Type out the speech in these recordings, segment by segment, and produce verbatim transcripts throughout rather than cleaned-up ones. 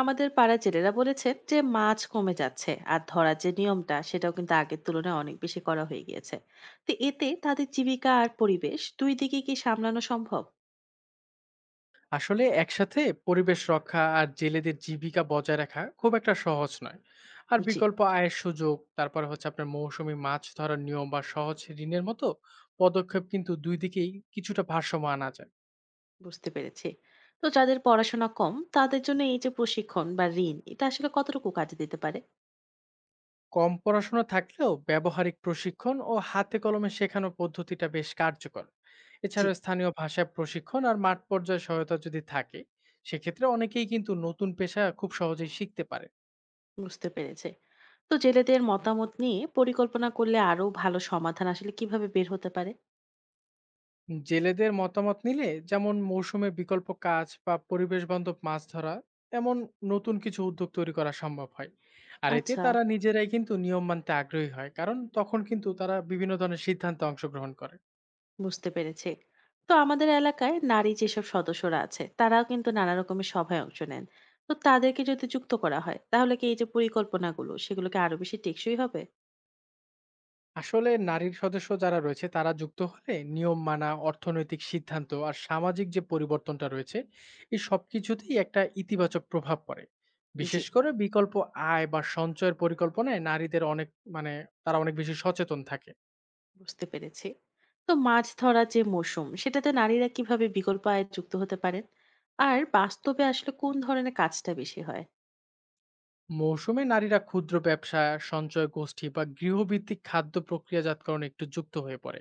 আমাদের পাড়ার জেলেরা বলেছেন যে মাছ কমে যাচ্ছে আর ধরার যে নিয়মটা সেটাও কিন্তু আগের তুলনায় অনেক বেশি করা হয়ে গিয়েছে। তো এতে তাদের জীবিকা আর পরিবেশ দুই দিকে কি সামলানো সম্ভব? আসলে একসাথে পরিবেশ রক্ষা আর জেলেদের জীবিকা বজায় রাখা খুব একটা সহজ নয়। আর জি। বিকল্প আয়ের সুযোগ, তারপরে হচ্ছে আপনার মৌসুমী মাছ ধরার নিয়ম বা সহজ ঋণের মতো পদক্ষেপ কিন্তু দুই দিকেই কিছুটা ভারসাম্য আনা যায়। বুঝতে পেরেছি। তো যাদের পড়াশোনা কম তাদের জন্য এই যে প্রশিক্ষণ বা ঋণ, এটা আসলে কতটুকু কাজে দিতে পারে? কম পড়াশোনা থাকলেও ব্যবহারিক প্রশিক্ষণ ও হাতে কলমে শেখানোর পদ্ধতিটা বেশ কার্যকর। জি। এছাড়াও স্থানীয় ভাষায় প্রশিক্ষণ আর মাঠ পর্যায়ে সহায়তা যদি থাকে, সেক্ষেত্রে অনেকেই কিন্তু নতুন পেশা খুব সহজেই শিখতে পারে। বুঝতে পেরেছে। তো জেলেদের মতামত নিয়ে পরিকল্পনা করলে আরো ভালো সমাধান আসলে কিভাবে বের হতে পারে? জেলেদের মতামত নিলে যেমন মৌসুমে বিকল্প কাজ বা পরিবেশ বান্ধব মাছ ধরা, এমন নতুন কিছু উদ্যোগ তৈরি করা সম্ভব হয়। আর এতে আচ্ছা। তারা নিজেরাই কিন্তু নিয়ম মানতে আগ্রহী হয়, কারণ তখন কিন্তু তারা বিভিন্ন ধরনের সিদ্ধান্তে অংশগ্রহণ করে। বুঝতে পেরেছি। তো আমাদের এলাকায় নারী যেসব সদস্যরা আছে তারাও কিন্তু নানা রকমের সভায় অংশ নেন। তো তাদেরকে যদি যুক্ত করা হয় তাহলে কি এই যে পরিকল্পনাগুলো সেগুলোকে আরো বেশি টেকসই হবে? আসলে নারীর সদস্য যারা রয়েছে তারা যুক্ত হলে নিয়ম মানা, অর্থনৈতিক সিদ্ধান্ত আর সামাজিক যে পরিবর্তনটা রয়েছে, এই সবকিছুতেই একটা ইতিবাচক প্রভাব পড়ে। জি, বিশেষ করে বিকল্প আয় বা সঞ্চয়ের পরিকল্পনায় নারীদের অনেক, মানে তারা অনেক বেশি সচেতন থাকে। বুঝতে পেরেছি। তো মাছ ধরার যে মৌসুম সেটাতে নারীরা কিভাবে বিকল্প আয়ে যুক্ত হতে পারেন? আর বাস্তবে আসলে কোন ধরনের কাজটা বেশি হয়? মৌসুমে নারীরা ক্ষুদ্র ব্যবসা, সঞ্চয় গোষ্ঠী বা গৃহভিত্তিক খাদ্য প্রক্রিয়াজাতকরণ একটু যুক্ত হয়ে পড়ে।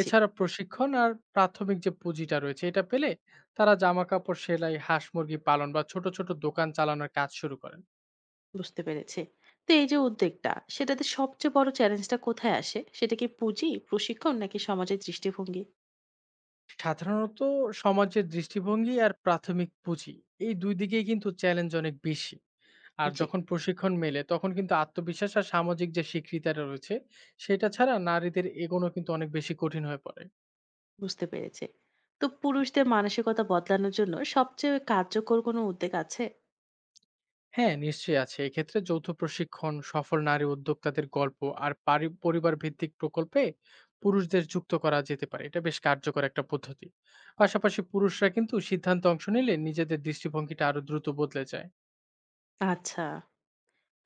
জি, এছাড়া প্রশিক্ষণ আর প্রাথমিক যে পুঁজিটা রয়েছে এটা পেলে তারা জামা কাপড় সেলাই, হাঁস মুরগি পালন বা ছোট ছোট দোকান চালানোর কাজ শুরু করেন। বুঝতে পেরেছি। তো এই যে উদ্যোগটা সেটাতে সবচেয়ে বড় চ্যালেঞ্জটা কোথায় আসে? সেটা কি পুঁজি, প্রশিক্ষণ নাকি সমাজের দৃষ্টিভঙ্গি? সাধারণত সমাজের দৃষ্টিভঙ্গি আর প্রাথমিক পুঁজি, এই দুই দিকেই কিন্তু চ্যালেঞ্জ অনেক বেশি। আর জি। যখন প্রশিক্ষণ মেলে তখন কিন্তু আত্মবিশ্বাস আর সামাজিক যে স্বীকৃতিটা রয়েছে, সেটা ছাড়া নারীদের এগোনো কিন্তু অনেক বেশি কঠিন হয়ে পড়ে। বুঝতে পেরেছি। তো পুরুষদের মানসিকতা বদলানোর জন্য সবচেয়ে কার্যকর কোনো উদ্যোগ আছে? হ্যাঁ, নিশ্চয়ই আছে। এক্ষেত্রে যৌথ প্রশিক্ষণ, সফল নারী উদ্যোক্তাদের গল্প আর পারি পরিবার ভিত্তিক প্রকল্পে পুরুষদের যুক্ত করা যেতে পারে। এটা বেশ কার্যকর একটা পদ্ধতি। পাশাপাশি পুরুষরা কিন্তু সিদ্ধান্তে অংশ নিলে নিজেদের দৃষ্টিভঙ্গিটা আরো দ্রুত বদলে যায়। আচ্ছা।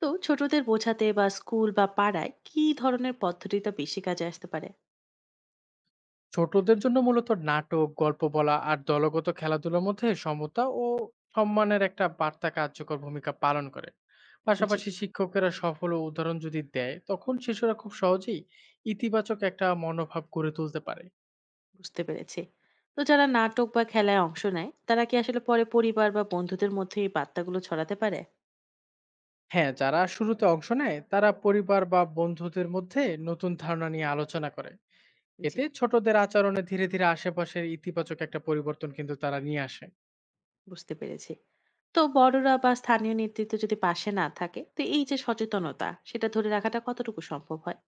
তো ছোটদের বোঝাতে বা স্কুল বা পাড়ায় কি ধরনের পদ্ধতিটা বেশি কাজে আসতে পারে? ছোটদের জন্য মূলত নাটক, গল্প বলা আর দলগত খেলাধুলার মধ্যে সমতা ও সম্মানের একটা বার্তা কার্যকর ভূমিকা পালন করে। জি, পাশাপাশি শিক্ষকেরা সফল ও উদাহরণ যদি দেয়, তখন শিশুরা খুব সহজেই ইতিবাচক একটা মনোভাব গড়ে তুলতে পারে। বুঝতে পেরেছি। তো যারা নাটক বা খেলায় অংশ নেয়, তারা কি আসলে পরে পরিবার বা বন্ধুদের মধ্যে এই বার্তাগুলো ছড়াতে পারে? হ্যাঁ, যারা শুরুতে অংশ নেয় তারা পরিবার বা বন্ধুদের মধ্যে নতুন ধারণা নিয়ে আলোচনা করে। জি, এতে ছোটদের আচরণে ধীরে ধীরে আশেপাশের ইতিবাচক একটা পরিবর্তন কিন্তু তারা নিয়ে আসে। বুঝতে পেরেছি। তো বড়রা বা স্থানীয় নেতৃত্ব যদি পাশে না থাকে, তো এই যে সচেতনতা, সেটা ধরে রাখাটা কতটুকু সম্ভব হয়?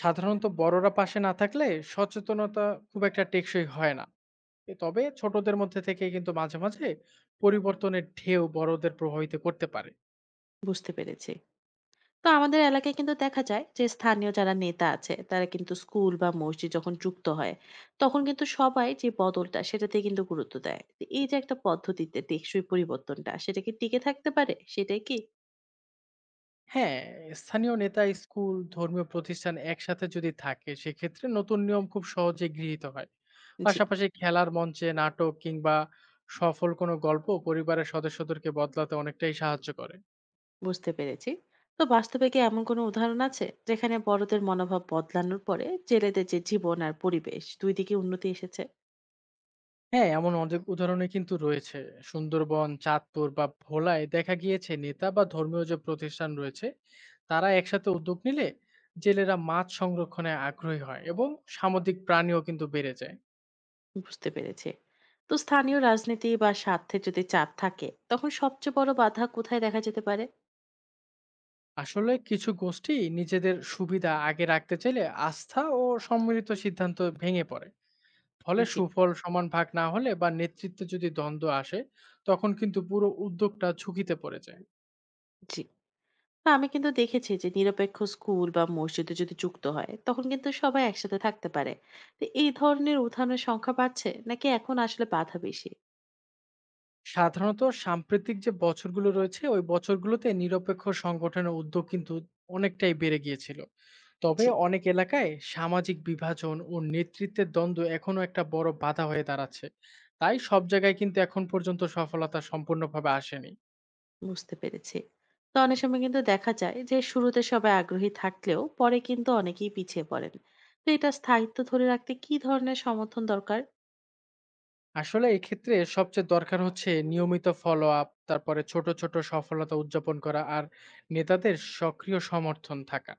সাধারণত বড়রা পাশে না থাকলে সচেতনতা খুব একটা টেকসই হয় না। এ তবে ছোটদের মধ্যে থেকে কিন্তু মাঝে মাঝে পরিবর্তনের ঢেউ বড়দের প্রভাবিত করতে পারে। বুঝতে পেরেছি। তো আমাদের এলাকায় কিন্তু দেখা যায় যে স্থানীয় যারা নেতা আছে তারা কিন্তু স্কুল বা মসজিদ যখন যুক্ত হয়, তখন কিন্তু সবাই যে বদলটা সেটাতে কিন্তু গুরুত্ব দেয়। তো এই যে একটা পদ্ধতিতে টেকসই পরিবর্তনটা, সেটা কি টিকে থাকতে পারে সেটাই কি? হ্যাঁ, স্থানীয় নেতা, স্কুল, ধর্মীয় প্রতিষ্ঠান একসাথে যদি থাকে সেক্ষেত্রে নতুন নিয়ম খুব সহজে গৃহীত হয়। জি। পাশাপাশি খেলার মঞ্চে নাটক কিংবা সফল কোনো গল্প পরিবারের সদস্যদেরকে বদলাতে অনেকটাই সাহায্য করে। বুঝতে পেরেছি। তো বাস্তবে কি এমন কোনো উদাহরণ আছে যেখানে বড়দের মনোভাব বদলানোর পরে জেলেদের যে জীবন আর পরিবেশ দুই দিকে উন্নতি এসেছে? হ্যাঁ, এমন অনেক উদাহরণই কিন্তু রয়েছে। সুন্দরবন, চাঁদপুর বা ভোলায় দেখা গিয়েছে নেতা বা ধর্মীয় যে প্রতিষ্ঠান রয়েছে তারা একসাথে উদ্যোগ নিলে জেলেরা মাছ সংরক্ষণে আগ্রহী হয় এবং সামুদ্রিক প্রাণীও কিন্তু বেড়ে যায়। বুঝতে পেরেছি। তো স্থানীয় রাজনীতি বা স্বার্থে যদি চাপ থাকে তখন সবচেয়ে বড় বাধা কোথায় দেখা যেতে পারে? আসলে কিছু গোষ্ঠী নিজেদের সুবিধা আগে রাখতে চাইলে আস্থা ও সম্মিলিত সিদ্ধান্ত ভেঙে পড়ে। ফলে জি। সুফল সমান ভাগ না হলে বা নেতৃত্বে যদি দ্বন্দ্ব আসে, তখন কিন্তু পুরো উদ্যোগটা ঝুঁকিতে পড়ে যায়। জি। না, আমি কিন্তু দেখেছি যে নিরপেক্ষ স্কুল বা মসজিদে যদি যুক্ত হয় তখন কিন্তু সবাই একসাথে থাকতে পারে। তো এই ধরনের উত্থানের সংখ্যা বাড়ছে নাকি এখন আসলে বাধা বেশি? সাধারণত সাম্প্রতিক যে বছরগুলো রয়েছে ওই বছরগুলোতে নিরপেক্ষ সংগঠনের উদ্যোগ কিন্তু অনেকটাই বেড়ে গিয়েছিল। তবে জি। অনেক এলাকায় সামাজিক বিভাজন ও নেতৃত্বের দ্বন্দ্ব এখনো একটা বড় বাধা হয়ে দাঁড়াচ্ছে। তাই সব জায়গায় কিন্তু এখন পর্যন্ত সফলতা সম্পূর্ণভাবে আসেনি। বুঝতে পেরেছি। তো অনেক সময় কিন্তু দেখা যায় যে শুরুতে সবাই আগ্রহী থাকলেও পরে কিন্তু অনেকেই পিছিয়ে পড়েন। তো এটা স্থায়িত্ব ধরে রাখতে কি ধরনের সমর্থন দরকার? আসলে এক্ষেত্রে সবচেয়ে দরকার হচ্ছে নিয়মিত ফলো আপ, তারপরে ছোট ছোট সফলতা উদযাপন করা আর নেতাদের সক্রিয় সমর্থন থাকা।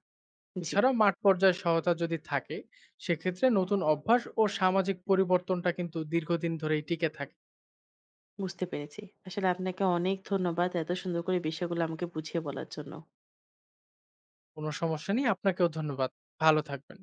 জি। এছাড়াও মাঠ পর্যায়ে সহায়তা যদি থাকে, সেক্ষেত্রে নতুন অভ্যাস ও সামাজিক পরিবর্তনটা কিন্তু দীর্ঘদিন ধরেই টিকে থাকে। বুঝতে পেরেছি। আসলে আপনাকে অনেক ধন্যবাদ এত সুন্দর করে বিষয়গুলো আমাকে বুঝিয়ে বলার জন্য। কোনো সমস্যা নেই, আপনাকেও ধন্যবাদ। ভালো থাকবেন।